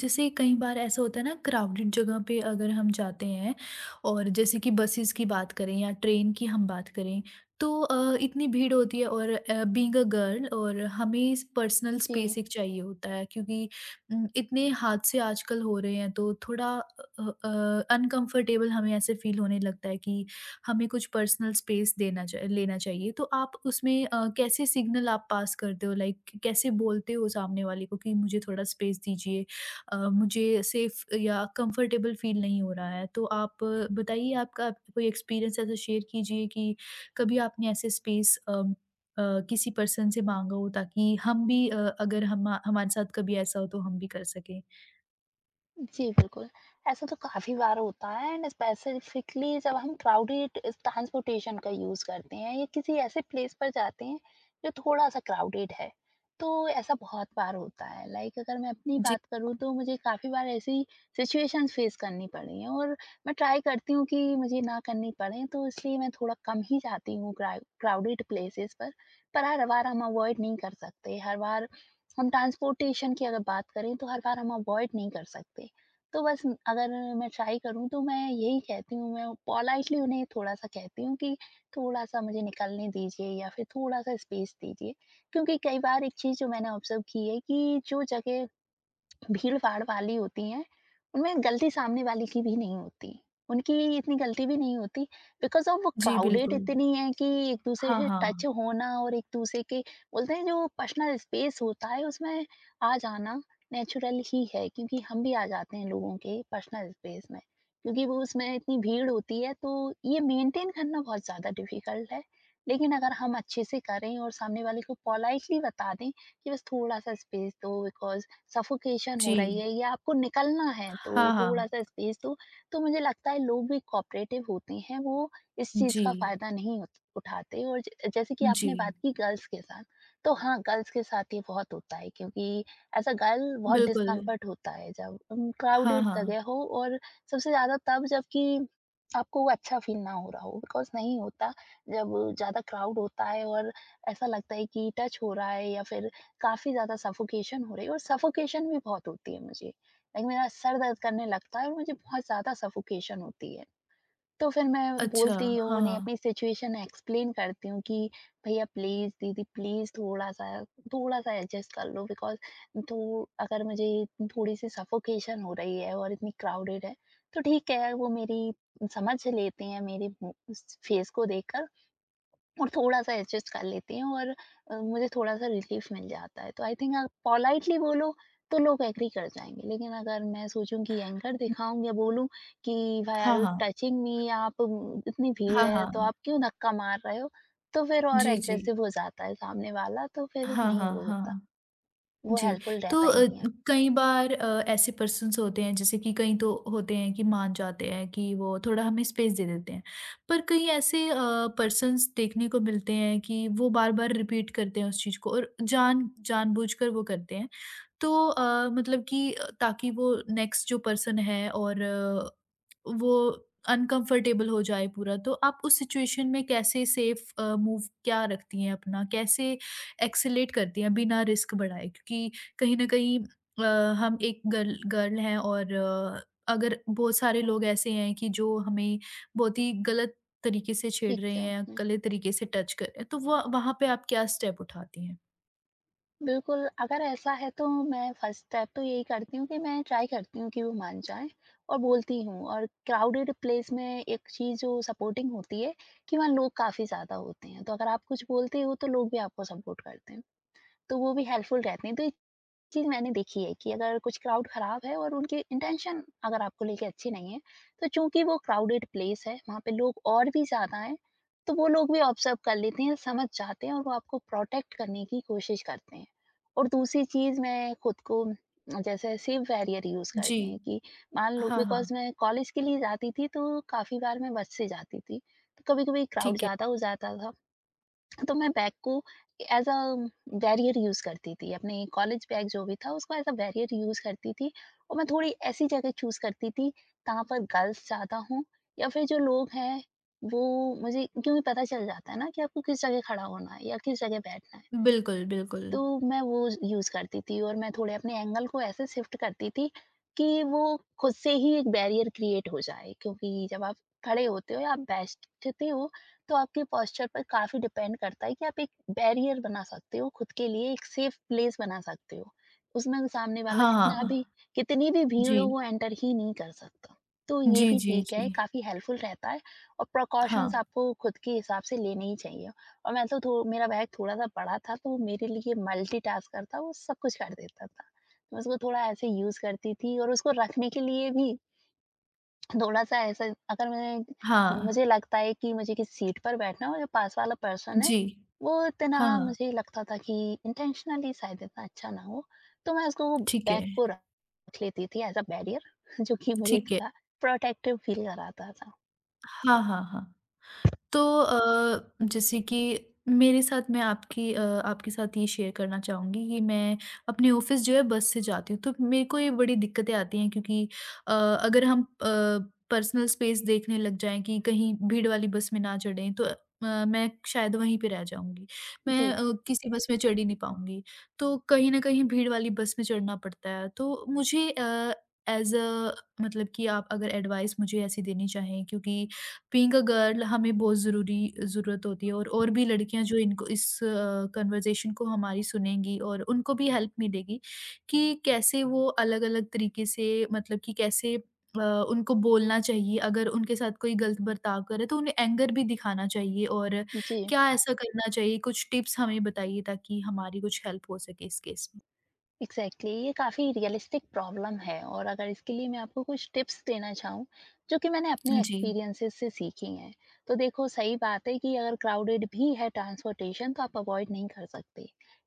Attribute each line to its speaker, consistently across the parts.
Speaker 1: जैसे कई बार ऐसा होता है ना, क्राउडेड जगह पे अगर हम जाते हैं और जैसे कि बसेस की बात करें या ट्रेन की हम बात करें, तो इतनी भीड़ होती है। और बीइंग अ गर्ल, और हमें पर्सनल
Speaker 2: sim
Speaker 1: स्पेस एक चाहिए होता है, क्योंकि इतने हादसे आजकल हो रहे हैं, तो थोड़ा अनकंफर्टेबल हमें ऐसे फील होने लगता है कि हमें कुछ पर्सनल स्पेस लेना चाहिए। तो आप उसमें कैसे सिग्नल आप पास करते हो, लाइक कैसे बोलते हो सामने वाले को कि मुझे थोड़ा स्पेस दीजिए, मुझे सेफ या कंफर्टेबल फ़ील नहीं हो रहा है। तो आप बताइए, आपका कोई एक्सपीरियंस ऐसा शेयर कीजिए कि कभी आपने ऐसे स्पेस अ, किसी पर्सन से माँगा हो, ताकि हम भी अगर हमारे साथ कभी ऐसा हो तो हम भी कर सकें?
Speaker 2: जी, बिल्कुल। ऐसा तो काफ़ी बार होता है एंड स्पेसिफिकली जब हम क्राउडेड ट्रांसपोर्टेशन का यूज़ करते हैं या किसी ऐसे प्लेस पर जाते हैं जो थोड़ा-सा क्राउडेड है, तो ऐसा बहुत बार होता है। लाइक अगर मैं अपनी
Speaker 1: जी,
Speaker 2: बात करूँ तो मुझे काफ़ी बार ऐसी सिचुएशंस फ़ेस करनी पड़ी हैं। और मैं ट्राई करती हूँ कि मुझे ना करनी पड़े, तो इसलिए मैं थोड़ा कम ही जाती हूँ क्राउडेड प्लेसेस पर। पर हर बार हम अवॉइड नहीं कर सकते, हर बार हम ट्रांसपोर्टेशन की अगर बात करें तो हर बार हम अवॉइड नहीं कर सकते। तो बस अगर मैं ट्राई करूँ तो मैं यही कहती हूँ, मैं पोलाइटली उन्हें थोड़ा-सा कहती हूँ कि थोड़ा-सा मुझे निकलने दीजिए या फिर थोड़ा-सा स्पेस दीजिए। क्योंकि कई बार एक चीज़ जो मैंने ऑब्ज़र्व की है कि जो जगह भीड़-भाड़ वाली होती हैं, उनमें गलती सामने वाले की भी नहीं होती। उनकी इतनी गलती भी नहीं होती, बिकॉज़ ऑफ़ वो
Speaker 1: जी
Speaker 2: क्राउडेड
Speaker 1: बिल्कुल।
Speaker 2: इतनी है कि एक-दूसरे
Speaker 1: हाँ,
Speaker 2: से टच
Speaker 1: हाँ।
Speaker 2: होना और एक-दूसरे के, बोलते हैं जो पर्सनल स्पेस होता है उसमें आ जाना नेचुरल ही है, क्योंकि हम भी आ जाते हैं लोगों के पर्सनल स्पेस में। क्योंकि वो उसमें इतनी भीड़ होती है, तो ये मेंटेन करना बहुत ज़्यादा डिफ़िकल्ट है। लेकिन अगर हम अच्छे से करें और सामने वाले को पोलाइटली बता दें कि बस थोड़ा-सा स्पेस दो, बिकॉज़ सफोकेशन हो रही
Speaker 1: जी।
Speaker 2: है या आपको निकलना है, तो
Speaker 1: हाँ, हाँ।
Speaker 2: थोड़ा-सा स्पेस दो। तो मुझे लगता है लोग भी कोऑपरेटिव होते हैं, वो इस चीज़
Speaker 1: जी।
Speaker 2: का फ़ायदा नहीं उठ उठाते। और ज जैसे कि
Speaker 1: जी।
Speaker 2: आपने बात की गर्ल्स के साथ, तो हाँ, गर्ल्स के साथ ये बहुत होता है, क्योंकि एज़ अ गर्ल बहुत
Speaker 1: बिल्कुल।
Speaker 2: डिस्कम्फ़र्ट होता है जब
Speaker 1: हाँ,
Speaker 2: क्राउडेड
Speaker 1: हाँ।
Speaker 2: जगह हो। और सबसे ज़्यादा तब, जबकि आपको वो अच्छा फ़ील ना हो रहा हो, बिकॉज़ नहीं होता, जब ज़्यादा क्राउड होता है और ऐसा लगता है कि टच हो रहा है या फिर काफ़ी ज़्यादा सफोकेशन हो रही है। और सफोकेशन भी बहुत होती है मुझे। लाइक मेरा सर दर्द करने लगता है और मुझे बहुत ज़्यादा सफोकेशन होती है। तो फिर मैं
Speaker 1: अच्छा।
Speaker 2: बोलती हूँ
Speaker 1: हाँ,
Speaker 2: उन्हें,
Speaker 1: हाँ।
Speaker 2: अपनी सिचुएशन एक्सप्लेन करती हूँ कि भैया प्लीज़, दीदी प्लीज़, थोड़ा-सा थोड़ा-सा एडजस्ट कर लो, बिकॉज़ तो अगर मुझे थोड़ी-सी सफोकेशन हो रही है और इतनी क्राउडेड है, तो ठीक है वो मेरी समझ लेते हैं, मेरे मुँह स फेस को देखकर, और थोड़ा-सा एडजस्ट कर लेती हूँ और मुझे थोड़ा-सा रिलीफ़ मिल जाता है। तो आई थिंक आप पोलाइटली बोलो तो लोग एग्री कर जाएँगे, लेकिन अगर मैं सोचूँ कि एंगर दिखाऊँ या बोलूँ कि व्हाई आर
Speaker 1: हाँ,
Speaker 2: यू
Speaker 1: हाँ।
Speaker 2: टचिंग मी, आप इतनी भीड़
Speaker 1: हाँ,
Speaker 2: है, तो
Speaker 1: हाँ।
Speaker 2: आप क्यों धक्का मार रहे हो? तो फिर और
Speaker 1: जी, जी।
Speaker 2: एग्रेसिव हो जाता है सामने वाला, तो फिर
Speaker 1: हाँ,
Speaker 2: नहीं
Speaker 1: हाँ,
Speaker 2: वो होता,
Speaker 1: हाँ।
Speaker 2: वो
Speaker 1: जी,
Speaker 2: हेल्पफुल
Speaker 1: तो
Speaker 2: रहता ही नहीं है।
Speaker 1: कई बार ऐसे पर्सन्स होते हैं, जैसे कि कई तो होते हैं कि मान जाते हैं, कि वो थोड़ा हमें स्पेस दे देते हैं। पर कई ऐसे पर्सन्स देखने को मिलते हैं कि वो बार-बार रिपीट करते हैं उस चीज़ को, और जानबूझकर वो करते हैं। तो मतलब कि ताकि वो नेक्स्ट जो पर्सन है और वो अनकंफर्टेबल हो जाए पूरा। तो आप उस सिचुएशन में कैसे सेफ मूव क्या रखती हैं अपना? कैसे एक्सेलेरेट करती हैं बिना रिस्क बढ़ाए? क्योंकि कहीं न कहीं हम एक गर्ल गर्ल हैं, और अगर बहुत सारे लोग ऐसे हैं कि जो हमें बहुत ही गलत तरीके से छेड़ रहे हैं,
Speaker 2: एग्ज़ैक्टली।
Speaker 1: गलत तरीके से टच कर रहे हैं, तो वो वहाँ पे आप क्या स्टेप उठाती हैं?
Speaker 2: बिल्कुल, अगर ऐसा है तो मैं फर्स्ट स्टेप तो यही करती हूँ कि मैं ट्राई करती हूँ कि वो मान जाएँ और बोलती हूँ। और क्राउडेड प्लेस में एक चीज़ जो सपोर्टिंग होती है कि वहाँ लोग काफ़ी ज़्यादा होते हैं, तो अगर आप कुछ बोलते हो तो लोग भी आपको सपोर्ट करते हैं, तो वो भी हेल्पफुल रहते हैं। तो चीज़ मैंने देखी है कि अगर कुछ क्राउड ख़राब है और उनकी इंटेंशन अगर आपको लेके अच्छी नहीं है, तो चूँकि वो क्राउडेड प्लेस है, वहाँ पे लोग और भी ज़्यादा हैं, तो वो लोग भी ऑब्ज़र्व कर लेते हैं, समझ जाते हैं और वो आपको प्रोटेक्ट करने की कोशिश करते हैं। और दूसरी चीज़, मैं खुद को जैसे सेफ बैरियर यूज़
Speaker 1: जी।
Speaker 2: करते हैं कि, मान लो,
Speaker 1: हाँ,
Speaker 2: बिकॉज़
Speaker 1: हाँ।
Speaker 2: मैं कॉलेज के लिए जाती थी, तो काफ़ी बार मैं बस से जाती थी। तो कभी-कभी क्राउड
Speaker 1: ठीक है।
Speaker 2: ज़्यादा हो जाता था। तो मैं बैग को एज अ बैरियर यूज करती थी, अपने कॉलेज बैग, जो भी था, उसको एज अ बैरियर यूज करती थी। और मैं थोड़ी ऐसी जगह चूज करती थी जहाँ पर गर्ल्स ज्यादा हों या फिर जो लोग हैं वो, मुझे क्योंकि पता चल जाता है ना कि आपको किस जगह खड़ा होना है या किस जगह बैठना है।
Speaker 1: बिल्कुल, बिल्कुल।
Speaker 2: तो मैं वो यूज़ करती थी और मैं थोड़े अपने एंगल को ऐसे शिफ्ट करती थी कि वो खुद से ही एक बैरियर क्रिएट हो जाए। क्योंकि जब आप खड़े होते हो या आप बैठते हो, तो आपके पोस्चर पर काफ़ी डिपेंड करता है कि आप एक बैरियर बना सकते हो, खुद के लिए एक सेफ प्लेस बना सकते हो, उसमें सामने वाला
Speaker 1: हाँ,
Speaker 2: कितना
Speaker 1: हाँ।
Speaker 2: भी, कितनी भी भीड़ हो,
Speaker 1: जी।
Speaker 2: वो एंटर ही नहीं कर सकता। तो ये
Speaker 1: जी,
Speaker 2: भी
Speaker 1: जी,
Speaker 2: ठीक
Speaker 1: जी।
Speaker 2: है, काफ़ी हेल्पफुल रहता है। और
Speaker 1: हाँ,
Speaker 2: प्रिकॉशंस आपको खुद के हिसाब से लेने ही चाहिए। और मैं तो थो मेरा बैग थोड़ा-सा बड़ा था, तो वो मेरे लिए मल्टीटास्कर था, वो सब कुछ कर देता था। तो मैं उसको थोड़ा ऐसे यूज़ करती थी और उसको रखने के लिए भी थोड़ा-सा ऐसा, अगर मैं,
Speaker 1: हाँ।
Speaker 2: मुझे लगता है कि मुझे किसी सीट पर बैठना है और जो पास वाला पर्सन है,
Speaker 1: जी।
Speaker 2: वो इतना,
Speaker 1: हाँ, हाँ।
Speaker 2: मुझे लगता था कि इंटेंशनली शायद इतना अच्छा ना हो, तो मैं उसको, वो
Speaker 1: ठीक
Speaker 2: बैग
Speaker 1: है,
Speaker 2: को रख लेती थी एज़ अ बैरियर जो कि मुझे
Speaker 1: ठीक है।
Speaker 2: थोड़ा प्रोटेक्टिव फील कराता था।
Speaker 1: हाँ, हाँ, हाँ। तो जैसे कि मेरे साथ, मैं आपके साथ ये शेयर करना चाहूँगी कि मैं अपने ऑफ़िस जो है बस से जाती हूँ, तो मेरे को ये बड़ी दिक्कतें आती हैं क्योंकि अगर हम पर्सनल स्पेस देखने लग जाएँ कि कहीं भीड़ वाली बस में ना चढ़ें, तो मैं शायद वहीं पे रह जाऊँगी। मैं
Speaker 2: जी,
Speaker 1: किसी बस में चढ़ ही नहीं पाऊँगी, तो कहीं न कहीं भीड़ वाली बस में चढ़ना पड़ता है। तो मुझे एज अ, एज़ अ मतलब कि आप अगर एडवाइस मुझे ऐसी देनी चाहें, क्योंकि बीइंग अ गर्ल हमें बहुत ज़रूरी ज़रूरत होती है, और भी लड़कियाँ जो इनको इस कन्वर्सेशन को हमारी सुनेंगी, और उनको भी हेल्प मिलेगी कि कैसे वो अलग-अलग तरीके से, मतलब कि कैसे उनको बोलना चाहिए अगर उनके साथ कोई गलत बर्ताव करे, तो उन्हें एंगर भी दिखाना चाहिए, और
Speaker 2: जी।
Speaker 1: क्या ऐसा करना चाहिए, कुछ टिप्स हमें बताइए ताकि हमारी कुछ हेल्प हो सके इस केस में।
Speaker 2: एग्जैक्टली exactly, ये काफ़ी रियलिस्टिक प्रॉब्लम है। और अगर इसके लिए मैं आपको कुछ टिप्स देना चाहूँ जो कि मैंने अपने
Speaker 1: जी,
Speaker 2: एक्सपीरियंसेस से सीखी हैं, तो देखो, सही बात है कि अगर क्राउडेड भी है ट्रांसपोर्टेशन, तो आप अवॉइड नहीं कर सकते,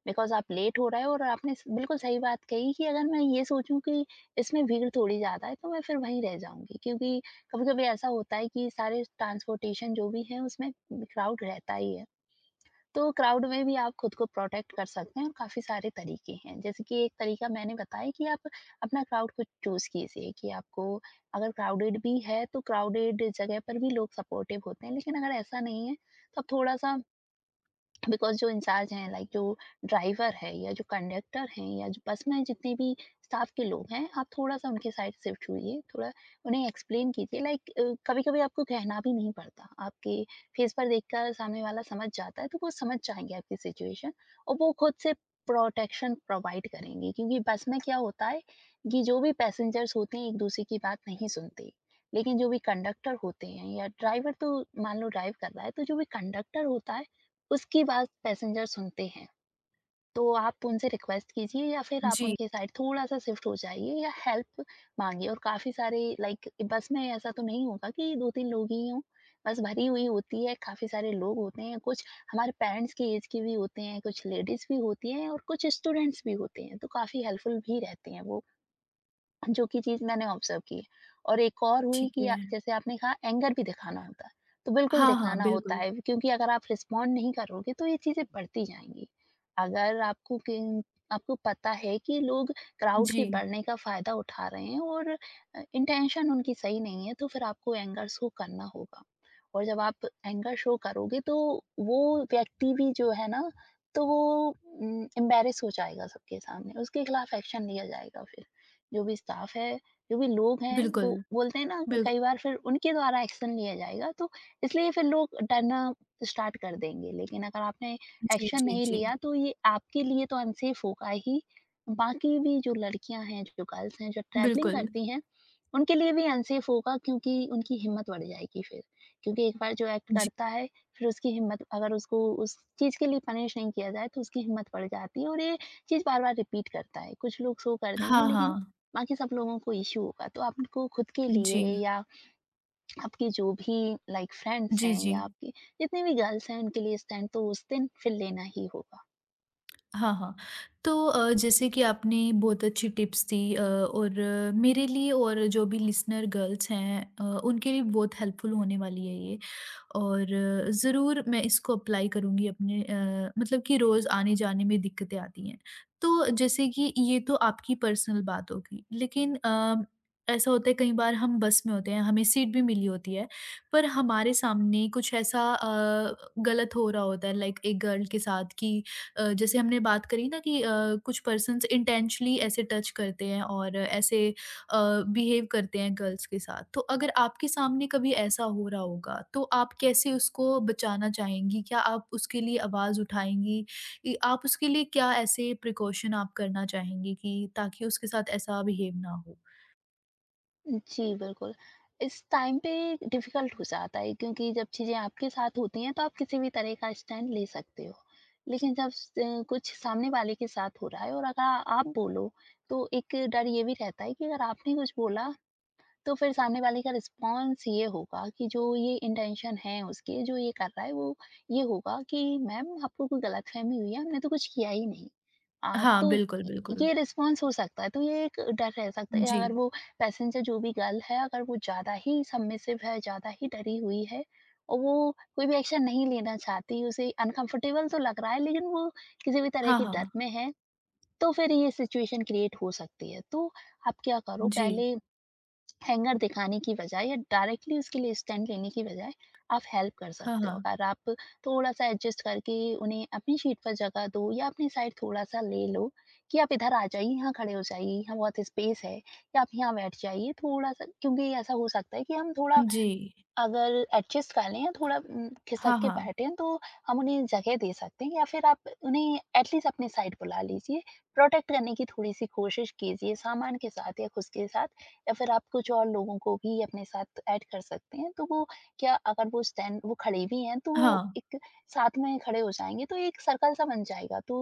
Speaker 2: बिकॉज आप लेट हो रहे हो। और आपने बिल्कुल सही बात कही कि अगर मैं ये सोचूं कि इसमें भीड़ थोड़ी ज़्यादा है, तो मैं फिर वहीं रह जाऊंगी, क्योंकि कभी कभी ऐसा होता है कि सारे ट्रांसपोर्टेशन जो भी है उसमें क्राउड रहता ही है। तो क्राउड में भी आप खुद को प्रोटेक्ट कर सकते हैं, और काफ़ी सारे तरीके हैं। जैसे कि एक तरीका मैंने बताया कि आप अपना क्राउड को चूज़ कीजिए, कि आपको अगर क्राउडेड भी है, तो क्राउडेड जगह पर भी लोग सपोर्टिव होते हैं। लेकिन अगर ऐसा नहीं है, तो आप थोड़ा-सा, बिकॉज जो इंचार्ज हैं, लाइक जो ड्राइवर है या जो कंडक्टर हैं या जो बस में जितने भी स्टाफ के लोग हैं, आप थोड़ा सा उनके साइड शिफ्ट होइए, थोड़ा उन्हें एक्सप्लेन कीजिए। लाइक कभी कभी आपको कहना भी नहीं पड़ता, आपके फेस पर देखकर सामने वाला समझ जाता है, तो वो समझ जाएंगे आपकी सिचुएशन, और वो खुद से प्रोटेक्शन प्रोवाइड करेंगे। क्योंकि बस में क्या होता है कि जो भी पैसेंजर्स होते हैं एक दूसरे की बात नहीं सुनते, लेकिन जो भी कंडक्टर होते हैं या ड्राइवर, तो, मान लो ड्राइव कर रहा है, तो जो भी कंडक्टर होता है उसकी बात पैसेंजर सुनते हैं। तो आप उनसे रिक्वेस्ट कीजिए या फिर आप
Speaker 1: जी,
Speaker 2: उनकी साइड थोड़ा-सा शिफ्ट हो जाइए या हेल्प माँगिए। और काफ़ी सारे, लाइक बस में ऐसा तो नहीं होगा कि 2-3 लोग ही हों। बस भरी हुई होती है, काफ़ी सारे लोग होते हैं, कुछ हमारे पेरेंट्स की एज के भी होते हैं, कुछ लेडीज़ भी होती हैं और कुछ स्टूडेंट्स भी होते हैं, तो काफ़ी हेल्पफुल भी रहते हैं वो। जो कि चीज़ मैंने ऑब्ज़र्व की है। और एक और हुई
Speaker 1: ठीक
Speaker 2: कि,
Speaker 1: है।
Speaker 2: जैसे आपने कहा एंगर भी दिखाना होता है, तो बिल्कुल
Speaker 1: हाँ, हाँ,
Speaker 2: दिखाना होता
Speaker 1: बिल्कुल।
Speaker 2: है, क्योंकि अगर आप रिस्पॉन्ड नहीं करोगे तो ये चीज़ें बढ़ती जाएँगी। अगर, आपको पता है कि लोग क्राउड
Speaker 1: जी,
Speaker 2: के बढ़ने का फ़ायदा उठा रहे हैं और इंटेंशन उनकी सही नहीं है, तो फिर आपको एंगर शो करना होगा। और जब आप एंगर शो करोगे, तो वो व्यक्ति भी जो है ना, तो वो एम्बैरेस हो जाएगा सबके सामने, उसके खिलाफ एक्शन लिया जाएगा फिर। जो भी स्टाफ है, जो भी लोग हैं, वो
Speaker 1: बिल्कुल,
Speaker 2: बोलते हैं ना कि
Speaker 1: बिल्क
Speaker 2: कई बार फिर उनके द्वारा एक्शन लिया जाएगा, तो इसलिए फिर लोग डरना स्टार्ट कर देंगे। लेकिन अगर आपने
Speaker 1: जी,
Speaker 2: एक्शन
Speaker 1: जी,
Speaker 2: नहीं
Speaker 1: जी,
Speaker 2: लिया, तो ये आपके लिए तो अनसेफ होगा ही, बाकी भी जो लड़कियाँ हैं, जो गर्ल्स हैं, जो ट्रैवलिंग
Speaker 1: बिल्कुल।
Speaker 2: करती हैं, उनके लिए भी अनसेफ होगा, क्योंकि उनकी हिम्मत बढ़ जाएगी फिर। क्योंकि एक बार जो एक्ट
Speaker 1: जी।
Speaker 2: करता है, फिर उसकी हिम्मत, अगर उसको उस चीज़ के लिए पनिश नहीं किया जाए, तो उसकी हिम्मत बढ़ जाती है और ये चीज़ बार-बार रिपीट करता है। कुछ लोग सो कर देंगे,
Speaker 1: हाँ,
Speaker 2: लेकिन
Speaker 1: हाँ।
Speaker 2: बाकी सब लोगों को इश्यू होगा, तो आपको खुद के लिए,
Speaker 1: जी।
Speaker 2: या आपके जो भी, लाइक फ्रेंड्स
Speaker 1: जी,
Speaker 2: हैं,
Speaker 1: जी।
Speaker 2: या आपके जितने भी गर्ल्स हैं, उनके लिए स्टैंड तो उस दिन फिर लेना ही होगा।
Speaker 1: हाँ, हाँ। तो जैसे कि आपने बहुत अच्छी टिप्स दी और मेरे लिए और जो भी लिसनर गर्ल्स हैं उनके लिए बहुत हेल्पफुल होने वाली है ये। और ज़रूर मैं इसको अप्लाई करूँगी अपने, मतलब कि रोज़ आने-जाने में दिक्कतें आती हैं। तो जैसे कि ये तो आपकी पर्सनल बात होगी, लेकिन ऐसा होता है कई बार हम बस में होते हैं, हमें सीट भी मिली होती है, पर हमारे सामने कुछ ऐसा गलत हो रहा होता है, लाइक एक गर्ल के साथ, कि जैसे हमने बात करी ना कि कुछ पर्सन्स इंटेंशनली ऐसे टच करते हैं और ऐसे बिहेव करते हैं गर्ल्स के साथ, तो अगर आपके सामने कभी ऐसा हो रहा होगा, तो आप कैसे उसको बचाना चाहेंगी, क्या आप उसके लिए आवाज उठाएंगी? आप उसके लिए क्या ऐसे प्रिकॉशन आप करना चाहेंगी कि ताकि उसके साथ ऐसा बिहेव ना हो?
Speaker 2: जी, बिल्कुल, इस टाइम पे डिफिकल्ट हो जाता है, क्योंकि जब चीजें आपके साथ होती हैं तो आप किसी भी तरह का स्टैंड ले सकते हो, लेकिन जब कुछ सामने वाले के साथ हो रहा है, और अगर आप बोलो, तो एक डर ये भी रहता है कि अगर आपने कुछ बोला, तो फिर सामने वाले का रिस्पॉन्स ये होगा कि, जो ये इंटेंशन है उसके, जो ये कर रहा है, वो ये होगा कि मैम आपको कोई गलतफहमी हुई है, हमने तो कुछ किया ही नहीं। आ,
Speaker 1: हाँ,
Speaker 2: तो य-
Speaker 1: बिल्कुल, बिल्कुल।
Speaker 2: ये रिस्पॉन्स हो सकता है, तो ये एक डर रह सकता है।
Speaker 1: जी।
Speaker 2: अगर वो पैसेंजर जो भी गर्ल है, अगर वो ज़्यादा ही सबमिसिव है, ज़्यादा ही डरी हुई है और वो कोई भी एक्शन नहीं लेना चाहती, उसे अनकंफर्टेबल तो लग रहा है लेकिन वो किसी भी तरह
Speaker 1: हाँ,
Speaker 2: के डर
Speaker 1: हाँ।
Speaker 2: में है, तो फिर ये सिचुएशन क्रिएट हो सकती है। तो आप क्या करो?
Speaker 1: जी।
Speaker 2: पहले हैंगर दिखाने की बजाय या डायरेक्टली उसके लिए स्टैंड लेने की बजाय आप हेल्प कर
Speaker 1: हाँ,
Speaker 2: सकते हो
Speaker 1: हाँ।
Speaker 2: अगर आप थोड़ा सा एडजस्ट करके उन्हें अपनी सीट पर जगह दो या अपनी साइड थोड़ा सा ले लो कि आप इधर आ जाइए, यहाँ खड़े हो जाइए, यहाँ बहुत स्पेस है, या आप यहाँ बैठ जाइए थोड़ा सा। क्योंकि ऐसा हो सकता है कि हम थोड़ा
Speaker 1: जी।
Speaker 2: अगर एडजस्ट कर लें या थोड़ा खिसक
Speaker 1: हाँ,
Speaker 2: के
Speaker 1: हाँ,
Speaker 2: बैठें तो हम उन्हें जगह दे सकते हैं। या फिर आप उन्हें एटलीस्ट अपनी साइड बुला लीजिए। प्रोटेक्ट करने की थोड़ी-सी कोशिश कीजिए सामान के साथ या खुद के साथ। या फिर आप कुछ और लोगों को भी अपने साथ ऐड कर सकते हैं। तो वो क्या, अगर वो स्टैंड, वो खड़े भी हैं तो वो
Speaker 1: हाँ।
Speaker 2: एक साथ में खड़े हो जाएँगे तो एक सर्कल सा बन जाएगा, तो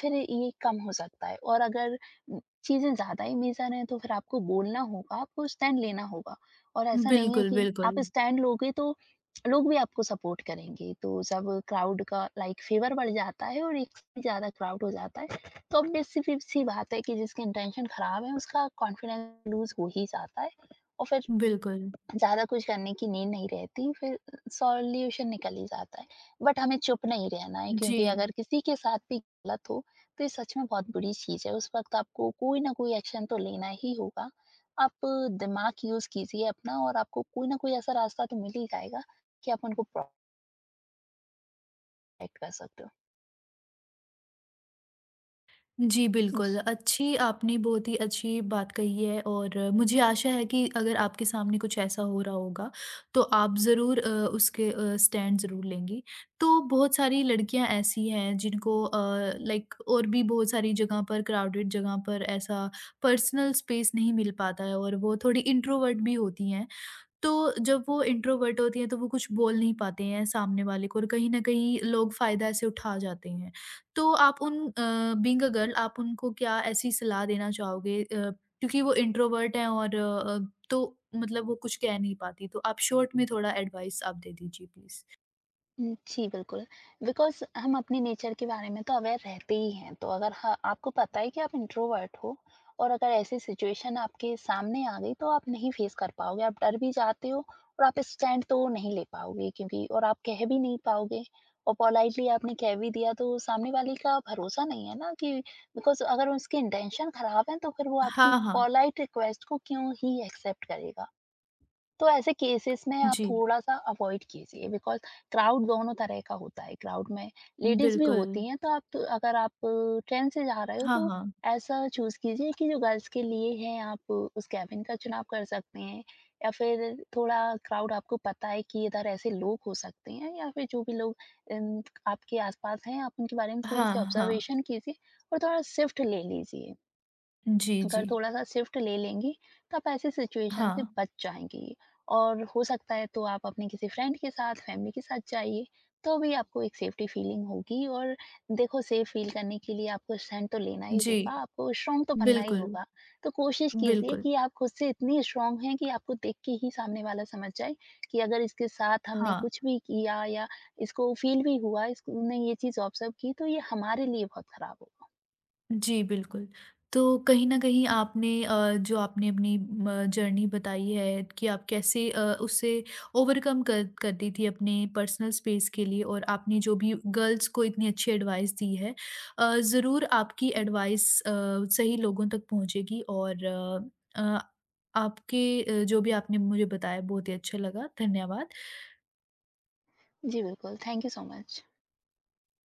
Speaker 2: फिर ये कम हो सकता है। और अगर उम, चीज़ें ज़्यादा ही मेजर हैं तो फिर आपको बोलना होगा, आपको स्टैंड लेना होगा। और ऐसा नहीं है
Speaker 1: बिल्कुल,
Speaker 2: कि
Speaker 1: बिल्कुल,
Speaker 2: आप स्टैंड लोगे तो लोग भी आपको सपोर्ट करेंगे। तो जब क्राउड का लाइक फेवर बढ़ जाता है और एक से ज्यादा क्राउड हो जाता है, तो ऑब्वियस सी सी बात है कि जिसकी इंटेंशन खराब है उसका कॉन्फिडेंस लूज हो ही जाता है। और फिर
Speaker 1: बिल्कुल।
Speaker 2: ज़्यादा कुछ करने की नीड नहीं रहती, फिर सॉल्यूशन निकल ही जाता है। बट हमें चुप नहीं रहना है
Speaker 1: जी,
Speaker 2: क्योंकि अगर किसी के साथ भी गलत हो, तो ये सच में बहुत बुरी चीज़ है। उस वक़्त आपको कोई न कोई एक्शन तो लेना ही होगा। आप दिमाग यूज़ कीजिए अपना, और आपको कोई न कोई ऐसा रास्ता तो मिल ही जाएगा कि आप उनको प्रोटेक्ट कर सकते हो।
Speaker 1: जी,
Speaker 2: जी।
Speaker 1: बिल्कुल। अच्छी, आपने बहुत ही अच्छी बात कही है, और मुझे आशा है कि अगर आपके सामने कुछ ऐसा हो रहा होगा, तो आप ज़रूर उसके स्टैंड ज़रूर लेंगी। तो बहुत सारी लड़कियाँ ऐसी हैं जिनको लाइक, और भी बहुत सारी जगह पर, क्राउडेड जगह पर, ऐसा पर्सनल स्पेस नहीं मिल पाता है, और वो थोड़ी इंट्रोवर्ट भी होती हैं। तो जब वो इंट्रोवर्ट होती हैं, तो वो कुछ बोल नहीं पाते हैं सामने वाले को, और कहीं न कहीं लोग फ़ायदा ऐसे उठा जाते हैं। तो आप उन, बीइंग अ गर्ल आप उनको क्या ऐसी सलाह देना चाहोगे, क्योंकि वो इंट्रोवर्ट हैं और तो मतलब वो कुछ कह नहीं पाती, तो आप शॉर्ट में थोड़ा एडवाइस आप दे दीजिए प्लीज़।
Speaker 2: हुँ, जी, बिल्कुल। बिकॉज़ हम अपने नेचर के बारे में तो अवेयर रहते ही हैं, तो अगर ह आपको पता है कि आप इंट्रोवर्ट हो और अगर ऐसी सिचुएशन आपके सामने आ गई, तो आप नहीं फेस कर पाओगे। आप डर भी जाते हो और आप स्टैंड तो नहीं ले पाओगे, क्योंकि और आप कह भी नहीं पाओगे। और पोलाइटली आपने कह भी दिया, तो सामने वाले का भरोसा नहीं है ना कि, बिकॉज़ अगर उसके इंटेंशन खराब हैं, तो फिर वो आपकी
Speaker 1: हाँ, हाँ।
Speaker 2: पोलाइट रिक्वेस्ट को क्यों ही एक्सेप्ट करेगा। तो ऐसे केसेस में आप
Speaker 1: जी,
Speaker 2: थोड़ा-सा अवॉइड कीजिए। बिकॉज़ क्राउड दोनों तरह का होता है। क्राउड में लेडीज़ भी
Speaker 1: बिल्कुल।
Speaker 2: होती हैं, तो आप, तो अगर आप ट्रेन से जा रहे हो
Speaker 1: हाँ,
Speaker 2: तो
Speaker 1: हाँ।
Speaker 2: ऐसा चूज़ कीजिए कि जो गर्ल्स के लिए है आप उस केबिन का चुनाव कर सकते हैं। या फिर थोड़ा क्राउड, आपको पता है कि इधर ऐसे लोग हो सकते हैं, या फिर जो भी लोग आपके आस-पास हैं, आप उनके बारे में
Speaker 1: हाँ,
Speaker 2: थोड़ी-सी
Speaker 1: हाँ।
Speaker 2: ऑब्जर्वेशन कीजिए और थोड़ा शिफ्ट ले लीजिए।
Speaker 1: जी,
Speaker 2: अगर
Speaker 1: जी।
Speaker 2: थोड़ा सा शिफ्ट ले लेंगी तो आप ऐसी सिचुएशन से
Speaker 1: हाँ।
Speaker 2: बच जाएँगी। और हो सकता है तो आप अपने किसी फ्रेंड के साथ, फैमिली के साथ जाइए, तो भी आपको एक सेफ्टी फीलिंग होगी। और देखो, सेफ फ़ील करने के लिए आपको स्टैंड तो लेना ही
Speaker 1: जी,
Speaker 2: होगा, आपको स्ट्रॉन्ग तो बनना ही
Speaker 1: बिल्कुल,
Speaker 2: होगा। तो कोशिश कीजिए
Speaker 1: बिल्कुल।
Speaker 2: कि आप खुद से इतनी स्ट्रॉन्ग हैं कि आपको देख के ही सामने वाला समझ जाए कि अगर इसके साथ हमने
Speaker 1: हाँ।
Speaker 2: कुछ भी किया या इसको फ़ील भी हुआ, इसको ने ये चीज़ ऑब्ज़र्व की तो ये हमारे लिए बहुत ख़राब होगा।
Speaker 1: जी, बिल्कुल। तो कहीं न कहीं आपने जो आपने अपनी म जर्नी बताई है, कि आप कैसे उसे ओवरकम कर करती थी अपने पर्सनल स्पेस के लिए, और आपने जो भी गर्ल्स को इतनी अच्छी एडवाइस दी है, ज़रूर आपकी एडवाइस सही लोगों तक पहुँचेगी, और आपके जो भी आपने मुझे बताया, बहुत ही अच्छा लगा। धन्यवाद।
Speaker 2: जी बिल्कुल, थैंक यू सो मच।